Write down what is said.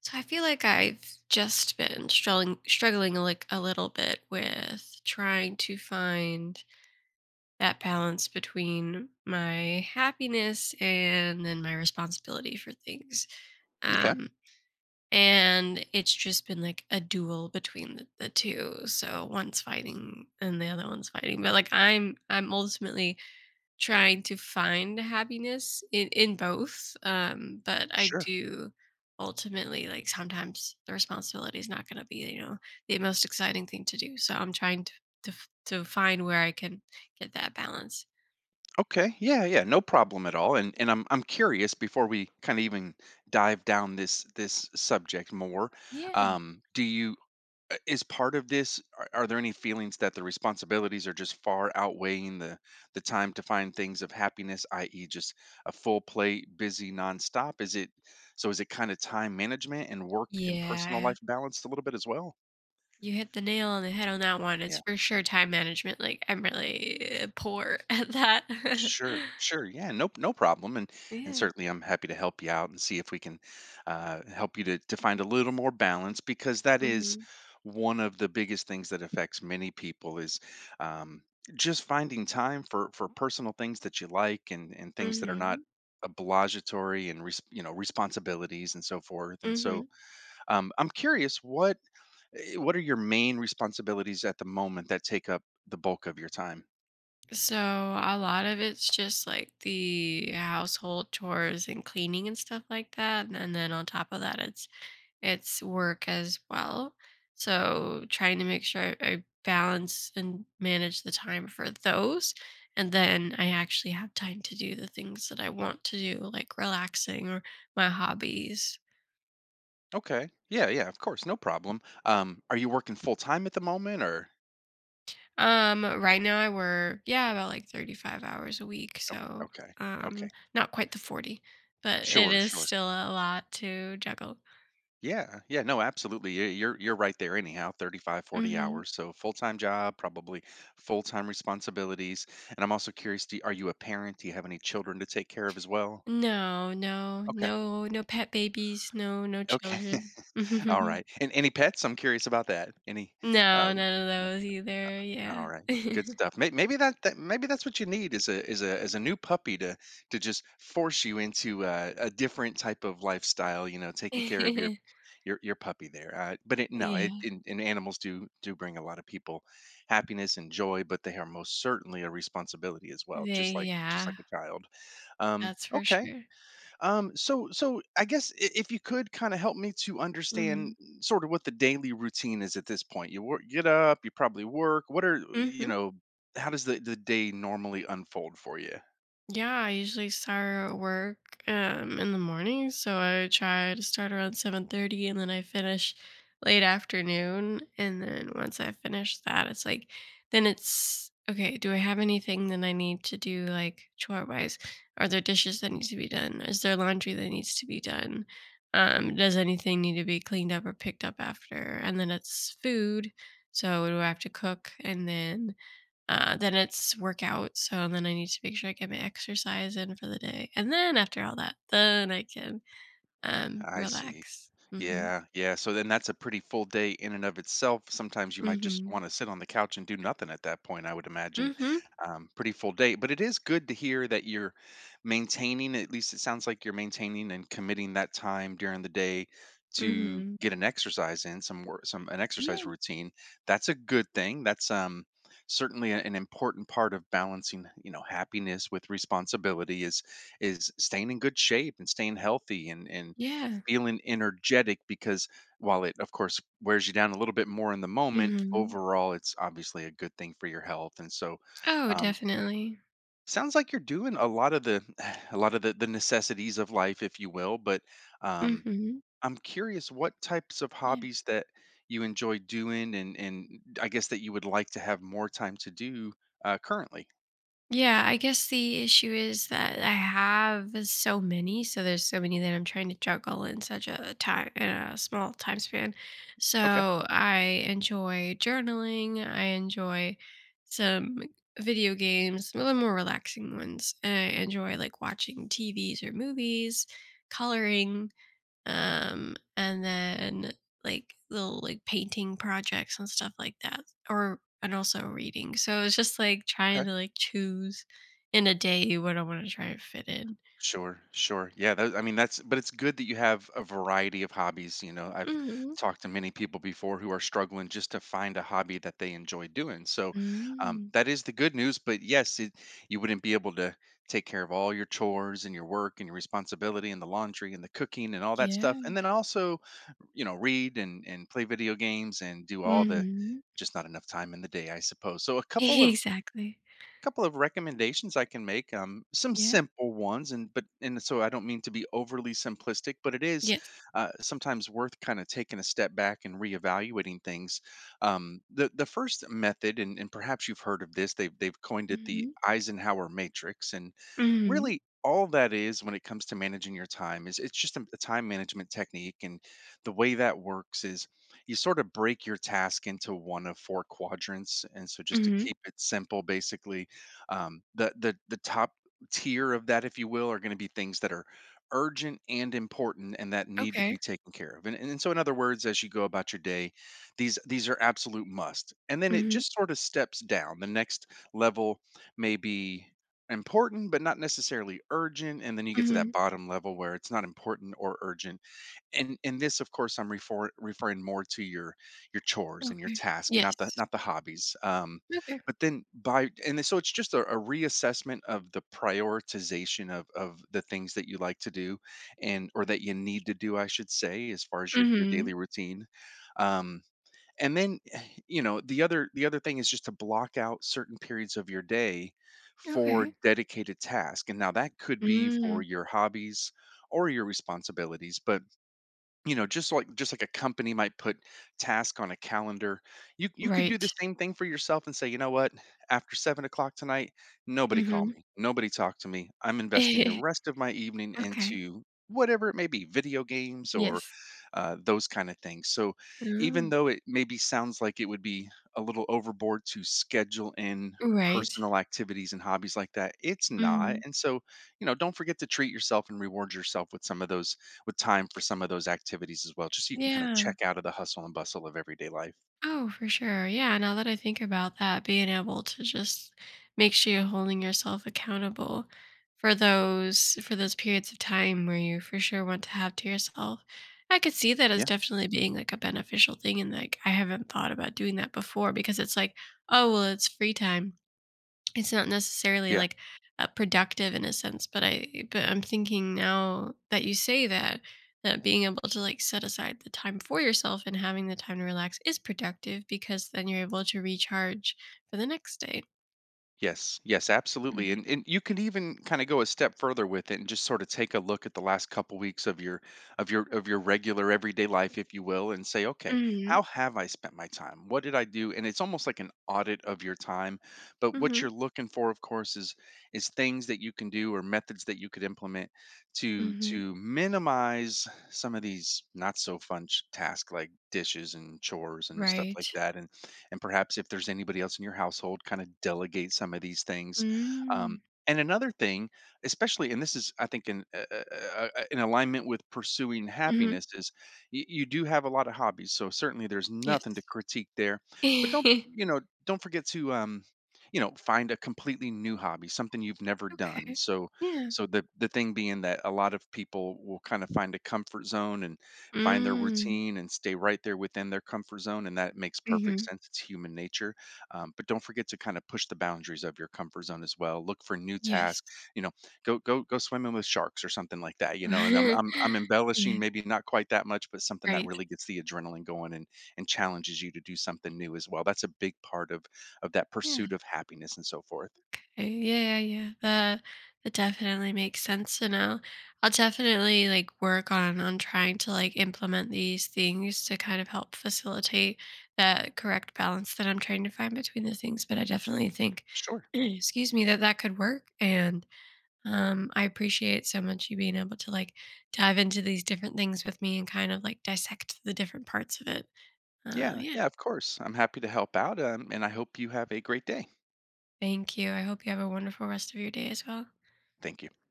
So I feel like I've just been struggling like a little bit with trying to find that balance between my happiness and then my responsibility for things. Okay. Um and it's just been like a duel between the two. So one's fighting and the other one's fighting. But like I'm ultimately trying to find happiness in both, but I Sure. do ultimately like, sometimes the responsibility is not gonna be, the most exciting thing to do, so I'm trying to f to find where I can get that balance. Okay. Yeah, yeah, no problem at all. And I'm curious before we kind of even dive down this subject more. Yeah. Do you is part of this are there any feelings that the responsibilities are just far outweighing the time to find things of happiness, i.e. just a full plate, busy nonstop? Is it so is it kind of time management and work and personal Yeah. life balanced a little bit as well? You hit the nail on the head on that one, it's for sure time management, like, I'm really poor at that. Sure, sure. Yeah, no, no problem. And Yeah. certainly, I'm happy to help you out and see if we can help you to find a little more balance because that is Mhm. one of the biggest things that affects many people is um, just finding time for personal things that you like and things that are not Mhm. obligatory and responsibilities and so forth. And Mhm. so, Mhm. I'm curious what what are your main responsibilities at the moment that take up the bulk of your time? So a lot of it's just like the household chores and cleaning and stuff like that. And then on top of that, it's work as well. So trying to make sure I balance and manage the time for those. And then I actually have time to do the things that I want to do, like relaxing or my hobbies. Okay. Yeah, yeah, of course, no problem. Are you working full time at the moment or Right now I work, yeah, about like 35 hours a week, so okay. um Okay. not quite the 40, but it Sure, is sure. still a lot to juggle. Yeah, yeah, no, absolutely. You're right there anyhow, 35, forty Mhm. hours. So full-time job, probably full-time responsibilities. And I'm also curious, are you a parent? Do you have any children to take care of as well? No, no, Okay. no, no pet babies, no, no Okay. children. All right. And any pets? I'm curious about that. Any uh No, none of those either. Yeah. all right, good stuff. Maybe that maybe that's what you need is a as a new puppy to just force you into a different type of lifestyle. You know, taking care of your your puppy there. But it, no, it, Yeah. And animals do do bring a lot of people happiness and joy, but they are most certainly a responsibility as well, They just yeah, like a child. That's for Okay, sure. So so I guess if you could kind of help me to Mhm. understand sort of what the daily routine is at this point. You work, get up, you probably work. What are you Mhm. know? How does the day normally unfold for you? Yeah, I usually start work in the morning, so I try to start around 7:30 and then I finish late afternoon and then once I finish that it's like then it's okay, do I have anything that I need to do like chore-wise? Are there dishes that need to be done? Is there laundry that needs to be done? Does anything need to be cleaned up or picked up after? And then it's food, so do I have to cook and then it's workout, so then I need to make sure I get my exercise in for the day, and then after all that, then I can, I see. relax. Mhm. Yeah, yeah, so then that's a pretty full day in and of itself. Sometimes you might just Mhm. wanna sit on the couch and do nothing at that point, I would imagine. Mhm. Pretty full day, but it is good to hear that you're maintaining at least it sounds like you're maintaining and committing that time during the day to Mhm. get an exercise in, some work some an exercise Yeah. routine. That's a good thing. That's, certainly a an important part of balancing, you know, happiness with responsibility is staying in good shape and staying healthy and Yeah. feeling energetic because while it of course wears you down a little bit more in the moment Mhm. overall it's obviously a good thing for your health and so Oh, um, definitely. sounds like you're doing a lot of the a lot of the necessities of life if you will but um, Mhm. I'm curious what types of Yeah. hobbies that you enjoy doing and I guess that you would like to have more time to do currently Yeah, I guess the issue is that I have so many, so there's so many that I'm trying to juggle in such a time in a small time span. okay. So I enjoy journaling. I enjoy some video games, a little more relaxing ones. And I enjoy like watching TVs or movies, coloring, and then like little like painting projects and stuff like that, or and also reading. So it's just like trying to like choose in a day what I want to try to fit in. Sure, sure. Yeah, that, I mean that's but it's good that you have a variety of hobbies, you know. I've Hmm. talked to many people before who are struggling just to find a hobby that they enjoy doing. So, Mm, that is the good news, but yes, it, you wouldn't be able to take care of all your chores and your work and your responsibility and the laundry and the cooking and all that stuff. yeah. And then also, read and play video games and do all the Hmm. just not enough time in the day, I suppose. So, a Exactly. couple of recommendations I can make, some Yeah. simple ones, and so I don't mean to be overly simplistic, but it is Yes. Sometimes worth kind of taking a step back and reevaluating things. The first method, and perhaps you've heard of this, they've coined it the Hmm. Eisenhower matrix, and Hmm. really all that is when it comes to managing your time is it's just a time management technique and the way that works is you sort of break your task into one of four quadrants and so just to Hmm. keep it simple basically the top tier of that, if you will, are going to be things that are urgent and important and that need to Okay. be taken care of. And so in other words, as you go about your day, these are absolute must. And then it Hmm. just sort of steps down. The next level may be important but not necessarily urgent and then you get to Hmm. that bottom level where it's not important or urgent and this of course I'm referring more to your chores and your Okay. task and not the Yes. not the hobbies Okay. but then by and then- so it's just a reassessment of the prioritization of the things that you like to do and or that you need to do I should say as far as your Hmm. daily routine um and then you know the other thing is just to block out certain periods of your day for Okay. dedicated task and now that could be for Mm, your hobbies or your responsibilities but you know just like a company might put task on a calendar you you could do the right. same thing for yourself and say you know what after 7 o'clock tonight nobody call Hmm. me nobody talk to me I'm investing the rest of my evening Okay. into whatever it may be video games or Yes. Those kind of things so even Mm, though it maybe sounds like it would be a little overboard to schedule in right. personal activities and hobbies like that it's not Mhm. and so you know don't forget to treat yourself and reward yourself with some of those with time for some of those activities as well, just so you can kind of Yeah. check out of the hustle and bustle of everyday life. Oh, for sure. Yeah, now that I think about that, being able to just make sure you're holding yourself accountable for those periods of time where you for sure want to have to yourself. I could see that as Yeah. definitely being like a beneficial thing, and like I haven't thought about doing that before because it's like, oh well it's free time. It's not necessarily, Yeah. like, productive in a sense, but I'm thinking now that you say that, that being able to, like, set aside the time for yourself and having the time to relax is productive because then you're able to recharge for the next day. Yes, yes, absolutely, Mhm. And you can even kinda go a step further with it and just sorta take a look at the last couple weeks of your of your regular everyday life, if you will, and say, "Okay, Mhm, how have I spent my time? What did I do?" And it's almost like an audit of your time, but what mhm, you're looking for, of course, is things that you can do or methods that you could implement mhm. to minimize some of these not so fun ch tasks like dishes and chores and stuff Right. like that, and perhaps if there's anybody else in your household, kind of delegate some of these things. Um, Mm. and another thing, especially, and this is, I think, in alignment with pursuing Mhm. happiness, is you do have a lot of hobbies, so certainly there's nothing to Yes. critique there. But don't, you know, don't forget to, you know, find a completely new hobby, something you've never done. Okay. So, Yeah. so the thing being that a lot of people will kind of find a comfort zone and find their Mm. routine and stay right there within their comfort zone. And that makes perfect Mhm. sense. It's human nature. But don't forget to kind of push the boundaries of your comfort zone as well. Look for new Yes. tasks. You know, go go swimming with sharks or something like that. You know, and I'm Yeah, embellishing, maybe not quite that much, but something that right. really gets the adrenaline going and challenges you to do something new as well. That's a big part of that Yeah. pursuit of happiness and so forth. Okay, yeah, yeah, yeah. That definitely makes sense. And I I'll definitely like work on trying to like implement these things to kind of help facilitate that correct balance that I'm trying to find between the things. But I definitely think, Sure. excuse me, that could work. And I appreciate so much you being able to like dive into these different things with me and kind of like dissect the different parts of it. Yeah. Yeah. Yeah. Of course. I'm happy to help out. And I hope you have a great day. Thank you. I hope you have a wonderful rest of your day as well. Thank you.